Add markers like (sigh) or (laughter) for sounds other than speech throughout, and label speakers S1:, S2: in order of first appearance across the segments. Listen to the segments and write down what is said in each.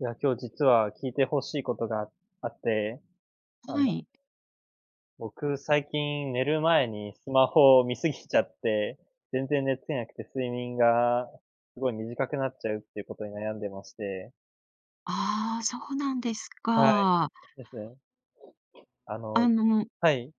S1: いや、今日実は聞いて欲しいことがあって、あの、
S2: はい。
S1: 僕最近寝る前にスマホを見すぎちゃって、全然寝つけなくて睡眠がすごい短くなっちゃうっていうことに悩んでまして。
S2: ああ、そうなんです
S1: はい、
S2: か。
S1: ですね。あの
S2: あの、
S1: はい、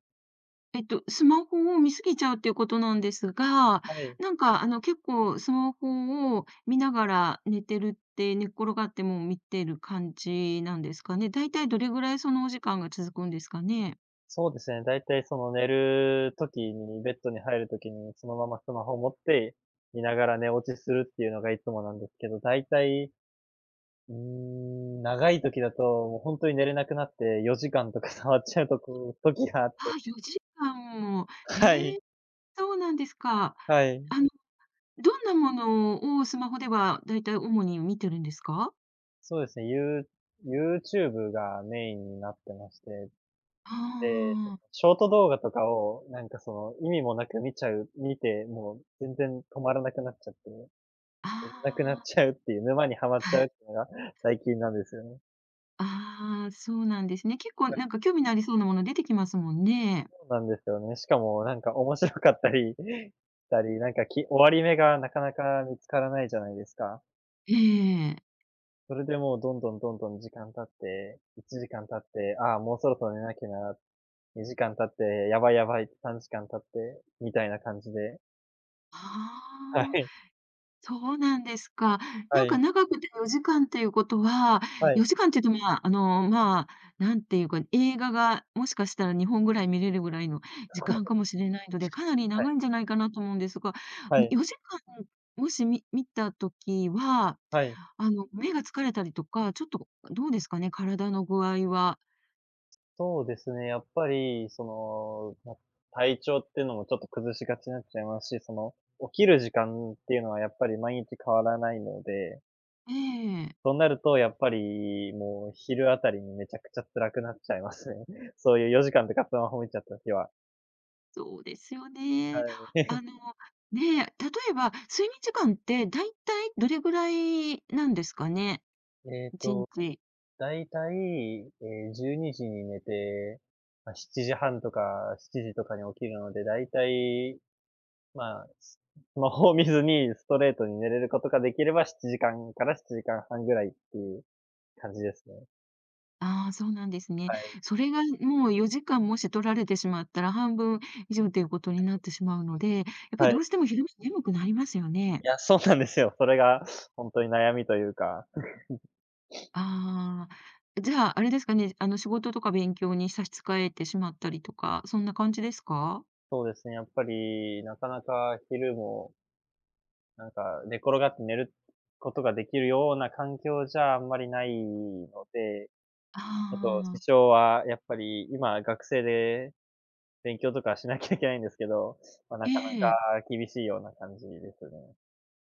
S2: スマホを見すぎちゃうっていうことなんですが、
S1: はい。
S2: 結構スマホを見ながら寝てるって、寝っ転がっても見てる感じなんですかね。だいたいどれぐらいそのお時間が続くんですかね。
S1: そうですね、だいたいその寝る時に、ベッドに入る時にそのままスマホを持って、見ながら寝落ちするっていうのがいつもなんですけど、だいたい長い時だと、もうほんとに寝れなくなって4時間とか触っちゃうとこ (laughs) 時があって。
S2: ああ、4時間も。
S1: は
S2: ええ、
S1: い、
S2: そうなんですか。
S1: はい。
S2: あの、どんなものをスマホではだいたい主に見てるんですか？
S1: そうですね、YouTube がメインになってまして、で、
S2: ああ、
S1: ショート動画とかをなんかその意味もなく見て、もう全然止まらなくなっちゃって、寝
S2: あ
S1: れなくなっ
S2: あ。
S1: ちゃうっていう、沼にはまっちゃうっていうのが最近なんですよね。
S2: ああ、そうなんですね。結構なんか興味のありそうなもの出てきますもんね。
S1: そうなんですよね。しかもなんか面白かったりしたり、なんか終わり目がなかなか見つからないじゃないですか。
S2: ええ。
S1: それでもうどんどんどんどん時間経って、1時間経って、ああ、もうそろそろ寝なきゃな、2時間経って、やばいやばい、3時間経って、みたいな感じで。
S2: あ
S1: は
S2: あ、
S1: い。
S2: そうなんですか。
S1: は
S2: なんか
S1: い。
S2: 長くて4時間っていうことは、
S1: はい。
S2: 4時間っていうと、まあ、あの、まあ、なんていうか、映画がもしかしたら2本ぐらい見れるぐらいの時間かもしれないので、かなり
S1: はい。
S2: 長いんじゃないかなと思うんですが、
S1: はい。
S2: よじかん4時間もし見た時は、
S1: はい。
S2: 目が疲れたりとか、ちょっとどうですかね、体の具合は。
S1: そうですね、やっぱり、その、体調っていうのもちょっと崩しがちになっちゃいますし、その、起きる時間っていうのはやっぱり毎日変わらないので、
S2: ええ。
S1: そうなるとやっぱり、もう昼あたりにめちゃくちゃ辛くなっちゃいますね。(laughs) そういう4時間とかスマホ見ちゃった日は。
S2: そうですよ
S1: は
S2: ね。
S1: い。
S2: あの、ねえ、例えば、睡眠時間ってだいたいどれぐらいなんですかね
S1: えっ
S2: ？1
S1: と
S2: 日。
S1: だいたい、12時にじに寝て、7時半とか7時とかに起きるので、だいたい、まあ、ス (laughs) スマホを見ずにストレートに寝れることができれば、7時間から7時間半ぐらいっていう感じですね。
S2: ああ、そうなんですね。
S1: はい。
S2: それがもう4時間もし取られてしまったら、半分以上ということになってしまうので、やっぱり
S1: は
S2: ど
S1: い。
S2: うしても昼間眠くなりますよね。
S1: いや、そうなんですよ。それがほんとに悩みというか。
S2: ああ、じゃあ、あれですかね、仕事とか勉強に差し支えてしまったりとか、そんな感じですか？
S1: そうですね、やっぱり、なかなか昼も、なんか寝転がって寝ることができるような環境じゃあんまりないので、あと、
S2: ああ
S1: 師
S2: ー、
S1: 匠はやっぱり今学生で勉強とかしなきゃいけないんですけど、な
S2: え
S1: か
S2: え。
S1: なか厳しいような感じですね。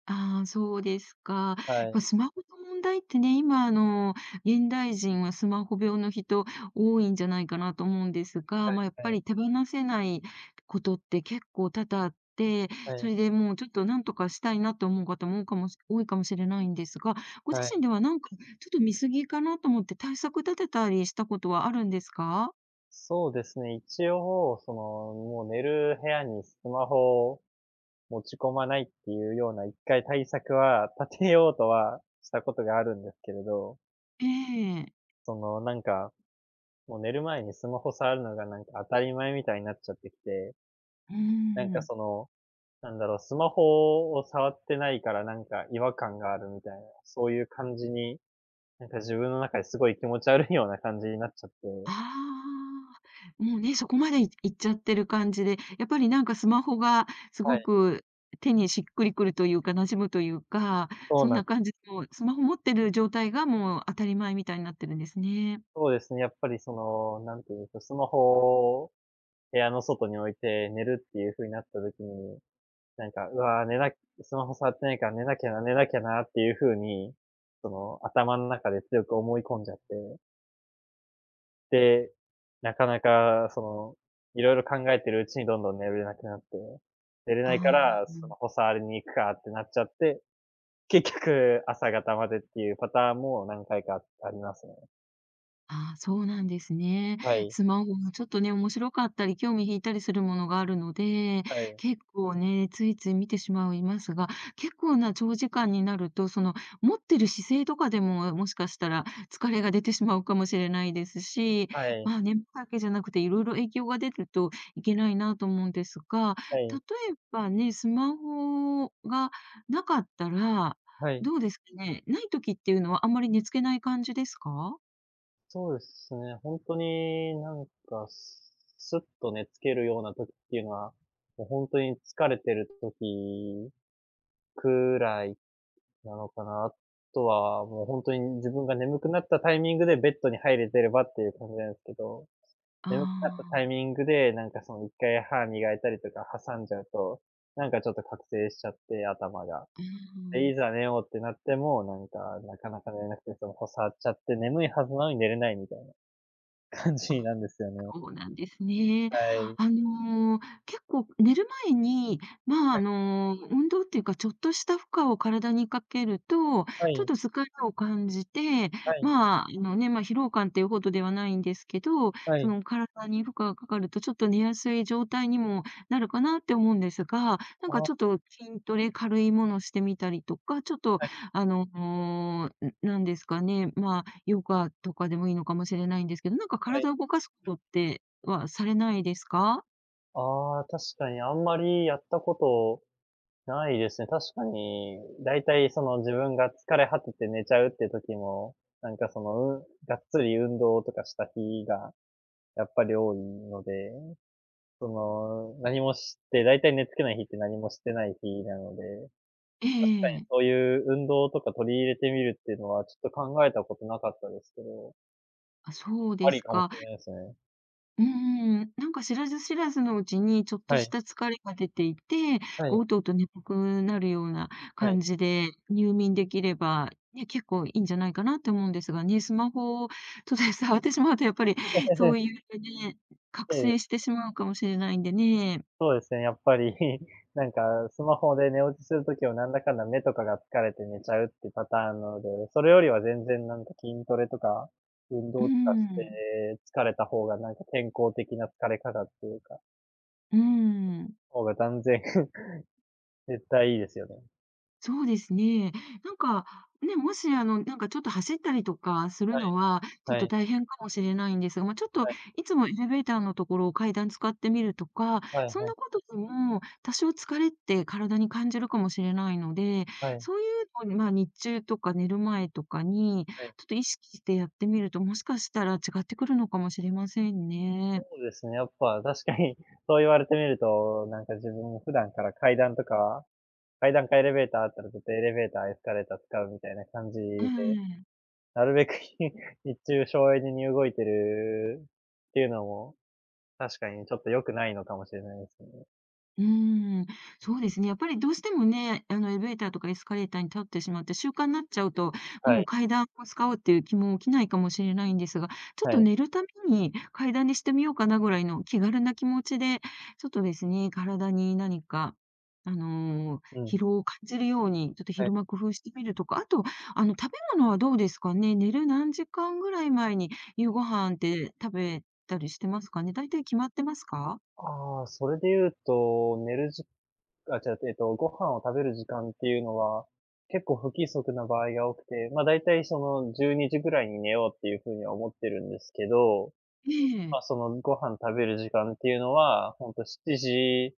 S2: ああ、そうですか。
S1: はい。
S2: ま、スマホの問題ってね、今、現代人はスマホ病の人多いんじゃないかなと思うんですが、
S1: はい
S2: まあ、やっ
S1: は
S2: ぱり
S1: い
S2: 手放せないことって結構多々あって、
S1: は
S2: そ
S1: い
S2: れでもうちょっと何とかしたいなと思う方も多いかもしれないんですが、ご自
S1: は
S2: 身
S1: い。
S2: ではなんかちょっと見過ぎかなと思って対策立てたりしたことはあるんですか？
S1: そうですね、一応、もう寝る部屋にスマホを持ち込まないっていうような一回対策は立てようとはしたことがあるんですけれど、
S2: ええ。
S1: なんか、もう寝る前にスマホ触るのがなんか当たり前みたいになっちゃってきて、
S2: う
S1: なんか
S2: ん。
S1: なんだろう、スマホを触ってないからなんか違和感があるみたいな、そういう感じに、なんか自分の中ですごい気持ち悪いような感じになっちゃって。
S2: ああ、もうね、そこまで行っちゃってる感じで、やっぱりなんかスマホがす
S1: は
S2: ご
S1: い、
S2: く手にしっくりくるというか、馴染むというか、
S1: そう
S2: そん
S1: なん
S2: な感じの、スマホ持ってる状態がもう当たり前みたいになってるんですね。
S1: そうですね、やっぱりなんていうんですか、スマホを部屋の外に置いて寝るっていう風になった時に、なんか、うわ、スマホ触ってないから寝なきゃな、寝なきゃなっていう風に、その頭の中で強く思い込んじゃって。で、なかなかいろいろ考えてるうちにどんどん寝れなくなって、寝れな
S2: あ
S1: いから、そ
S2: あ。
S1: のホ触りに行くかってなっちゃって、結局朝方までっていうパターンも何回かありますね。
S2: ああ、そうなんですね。
S1: はい。
S2: スマホがちょっとね、面白かったり、興味引いたりするものがあるので、
S1: はい。
S2: 結構ね、ついつい見てしまいますが、結構な長時間になると、その、持ってる姿勢とかでも、もしかしたら疲れが出てしまうかもしれないですし、
S1: はい。
S2: まあ、眠気だけじゃなくて、いろいろ影響が出るといけないなと思うんですが、
S1: は
S2: 例
S1: い。
S2: えばね、スマホがなかったら、
S1: はい。
S2: どうですかね。ない時っていうのはあんまり寝つけない感じですか？
S1: そうですね、ほんとになんか、すっと寝付けるような時っていうのは、もうほんとに疲れてる時くらいなのかな。あとは、もう本当に自分が眠くなったタイミングでベッドに入れてればっていう感じなんですけど、
S2: あ
S1: 眠くなったタイ
S2: あ、
S1: ミングで、なんかその一回歯磨いたりとか挟んじゃうと、なんかちょっと覚醒しちゃって、頭が。
S2: う
S1: で、
S2: ん。
S1: いざ寝ようってなっても、なんか、なかなか寝れなくて、そのこ触っちゃって眠いはずなのに寝れないみたいな感じ
S2: あ、
S1: なんですよね。
S2: そうなんですね。
S1: はい。
S2: あの、結構寝る前に、
S1: はい、
S2: 運動っていうか、ちょっとした負荷を体にかけると、
S1: は
S2: ちょっ
S1: い、
S2: と疲れを感じて、
S1: はい、
S2: 疲労感っていうほどではないんですけど、
S1: は
S2: そ
S1: い。
S2: の体に負荷がかかると、ちょっと寝やすい状態にもなるかなって思うんですが、なんか
S1: ああ、
S2: ちょっと筋トレ、軽いものしてみたりとか、ちょっと
S1: はい、
S2: あの、なんですかね、まあヨガとかでもいいのかもしれないんですけど、なんか
S1: はい。
S2: 体を動かすことってはされないですか？
S1: ああ、確かにあんまりやったことないですね。確かに、だいたいその自分が疲れ果てて寝ちゃうって時も、なんかその、がっつり運動とかした日がやっぱり多いので、何もして、だいたい寝つけない日って何もしてない日なので、
S2: え
S1: 確かに
S2: え。
S1: そういう運動とか取り入れてみるっていうのはちょっと考えたことなかったですけど、
S2: あ、そう
S1: あ
S2: で
S1: り
S2: す
S1: かもし
S2: か。
S1: れないですね。
S2: うんん。なんか知らず知らずのうちにちょっと
S1: は
S2: し
S1: い。
S2: た疲れが出ていて、
S1: は
S2: こ
S1: い、
S2: う、うとうと眠くなるような
S1: はい。
S2: 感じで入眠できれば、ね、結構いいんじゃないかなって思うんですがね、スマホを触ってしまうとやっぱり
S1: え
S2: そうい
S1: え、
S2: うね、
S1: そ
S2: 覚
S1: うです
S2: 醒し
S1: ね。
S2: てしまうかもしれないんでね。
S1: そうですね、やっぱり (laughs)、なんか、スマホで寝落ちする時はなんだかんだ目とかが疲れて寝ちゃうってパターンなので、それよりは全然なんか筋トレとか、運
S2: う
S1: 動とかし
S2: ん。
S1: て疲れた方がなんか健康的な疲れ方っていうか、
S2: うん。
S1: 方が断然 (laughs) 絶対いいですよね。
S2: そうですね。なんか、ね、もし、あの、なんかちょっと走ったりとかする
S1: はい
S2: のは、ちょっ
S1: は
S2: と
S1: い
S2: 大変かもしれないんですが、まあ、ちょっと
S1: はい
S2: いつもエレベーターのところを階段使ってみるとか、
S1: はい
S2: そん
S1: はい
S2: なことでも多少疲れって体に感じるかもしれないので、
S1: はい
S2: そういうのを、まあ、日中とか寝る前とかに、
S1: はい。
S2: ちょっと意識してやってみると、もしかしたら違ってくるのかもしれませんね。
S1: そうですね、やっぱ確かに (laughs) そう言われてみると、なんか自分も普段から階段とか、階段かエレベーターあったら絶対エレベーター、エスカレーター使うみたいな感じ
S2: う
S1: で
S2: ん
S1: なるべく (laughs) 日中省エネに動いてるっていうのも、確かにちょっと良くないのかもしれないですね。
S2: うーん、そうですね。やっぱりどうしてもね、エレベーターとかエスカレーターに立ってしまって、習慣になっちゃうと、
S1: は
S2: もう
S1: い、
S2: 階段を使おうっていう気も起きないかもしれないんですが、ちょっ
S1: は
S2: と
S1: い。
S2: 寝るために階段にしてみようかなぐらいの気軽な気持ちで、ちょっとですね、体に何か、あの、
S1: うん、
S2: 疲労を感じるように、ちょっと
S1: はい。
S2: 昼間工夫してみるとか、あと、食べ物はどうですかね？寝る何時間ぐらい前に夕ご飯って食べたりしてますかね？だいたい決まってますか？
S1: ああ、それで言うと、寝るじあ、違う、ご飯を食べる時間っていうのは、結構不規則な場合が多くて、だいたいその12時ぐらいに寝ようっていう風には思ってるんですけど、
S2: ええ。
S1: そのご飯食べる時間っていうのは、ほんと7時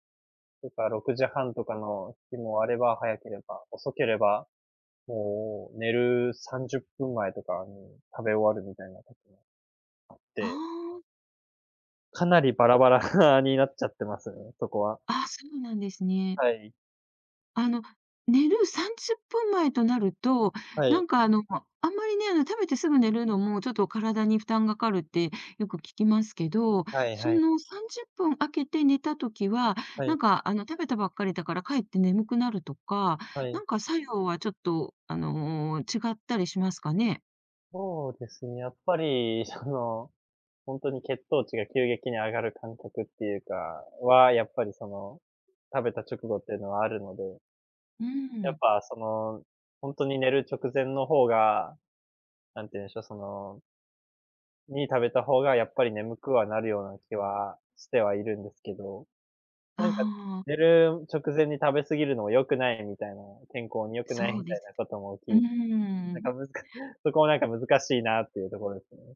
S1: とか6時半とかの日もあれば、早ければ、遅ければもう寝る30分前とかに食べ終わるみたいな時もあっ
S2: あ
S1: て、
S2: あ。
S1: かなりバラバラ (laughs) になっちゃってますね、そこは。
S2: あ、そうなんですね。
S1: はい。
S2: あの、寝る30分前となると、
S1: は
S2: な
S1: い。
S2: んかあの、あんまりね、食べてすぐ寝るのもちょっと体に負担がかかるってよく聞きますけど、
S1: はい
S2: そ
S1: はい。
S2: の30分空けて寝たときは、
S1: はい。
S2: 食べたばっかりだからかえって眠くなるとか、
S1: は
S2: な
S1: い。
S2: んか作用はちょっと、違ったりしますかね？
S1: そうですね、やっぱり (laughs) 本当に血糖値が急激に上がる感覚っていうかは、やっぱり食べた直後っていうのはあるので、
S2: う
S1: やっ
S2: ん。
S1: ぱ本当に寝る直前の方が、なんて言うんでしょう、そのに食べた方がやっぱり眠くはなるような気はしてはいるんですけど、
S2: あ
S1: なんか、
S2: あ、
S1: 寝る直前に食べ過ぎるのも良くないみたいな、健康に良くない
S2: そう
S1: みた
S2: で
S1: い
S2: す。
S1: なことも
S2: うー
S1: なん
S2: ん。
S1: かむずか (laughs) そこもなんか難しいなっていうところですね。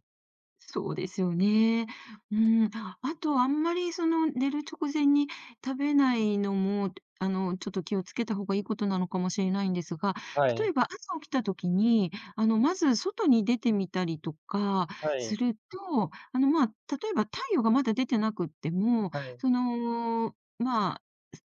S2: そうですよね。うん。あと、あんまりその、寝る直前に食べないのも、ちょっと気をつけた方がいいことなのかもしれないんですが、
S1: は
S2: 例
S1: い、
S2: えば朝起きた時に、まず外に出てみたりとか
S1: は
S2: す
S1: い、
S2: ると、例えば太陽がまだ出てなくっても、
S1: はい、
S2: その、ま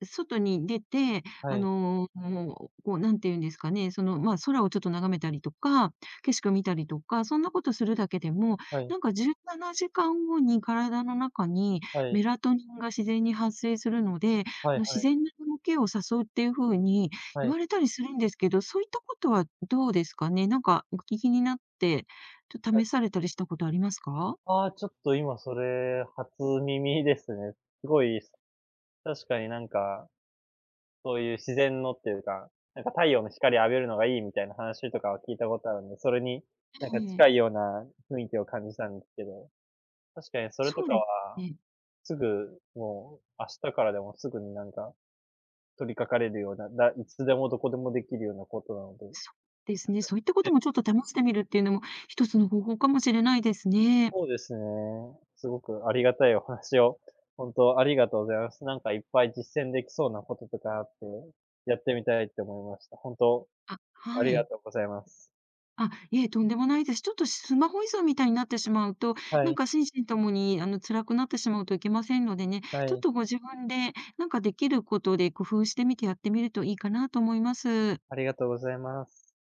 S2: 外に出て、
S1: は
S2: あ
S1: い、
S2: の、もう、こう、なんていうんですかね、その、まあ、空をちょっと眺めたりとか、景色を見たりとか、そんなことするだけでも、
S1: はい、
S2: なんか17時間後に体の中に
S1: はい、
S2: メラトニンが自然に発生するので、
S1: はいは
S2: 自
S1: い
S2: 然な動きを誘うっていうふうに
S1: は
S2: 言
S1: い、
S2: われたりするんですけど、そういったことはどうですかね？なんかお聞きになって、ちょっと
S1: はい。
S2: 試されたりしたことありますか？
S1: ああ、ちょっと今それ初耳ですね。すごい、確かになんかそういう自然のっていうか、なんか太陽の光浴びるのがいいみたいな話とかは聞いたことあるんで、それになんか
S2: ええ。
S1: 近いような雰囲気を感じたんですけど、確かにそれと
S2: そう
S1: か
S2: です
S1: は、
S2: ね。
S1: すぐもう明日からでもすぐになんか取り掛かれるような、いつでもどこでもできるようなことなので、
S2: そうです
S1: なん
S2: ね。
S1: かね、
S2: そういったこ
S1: え
S2: ともちょっと試してみるっていうのも、一つの方法かもしれないですね。
S1: そうですね。すごくありがたいお話を、本当ありがとうございます。なんかいっぱい実践できそうなこととかあって、やってみたいって思いました。本当
S2: あ、
S1: あ
S2: は
S1: りが
S2: い。
S1: とうございます。
S2: あ、いえ、とんでもないです。ちょっとスマホ依存みたいになってしまうと、
S1: は
S2: なん
S1: い、
S2: か心身ともに、辛くなってしまうといけませんのでね、
S1: は
S2: ちょっ
S1: い。
S2: とご自分で、なんかできることで工夫してみてやってみるといいかなと思います。
S1: ありがとうございます。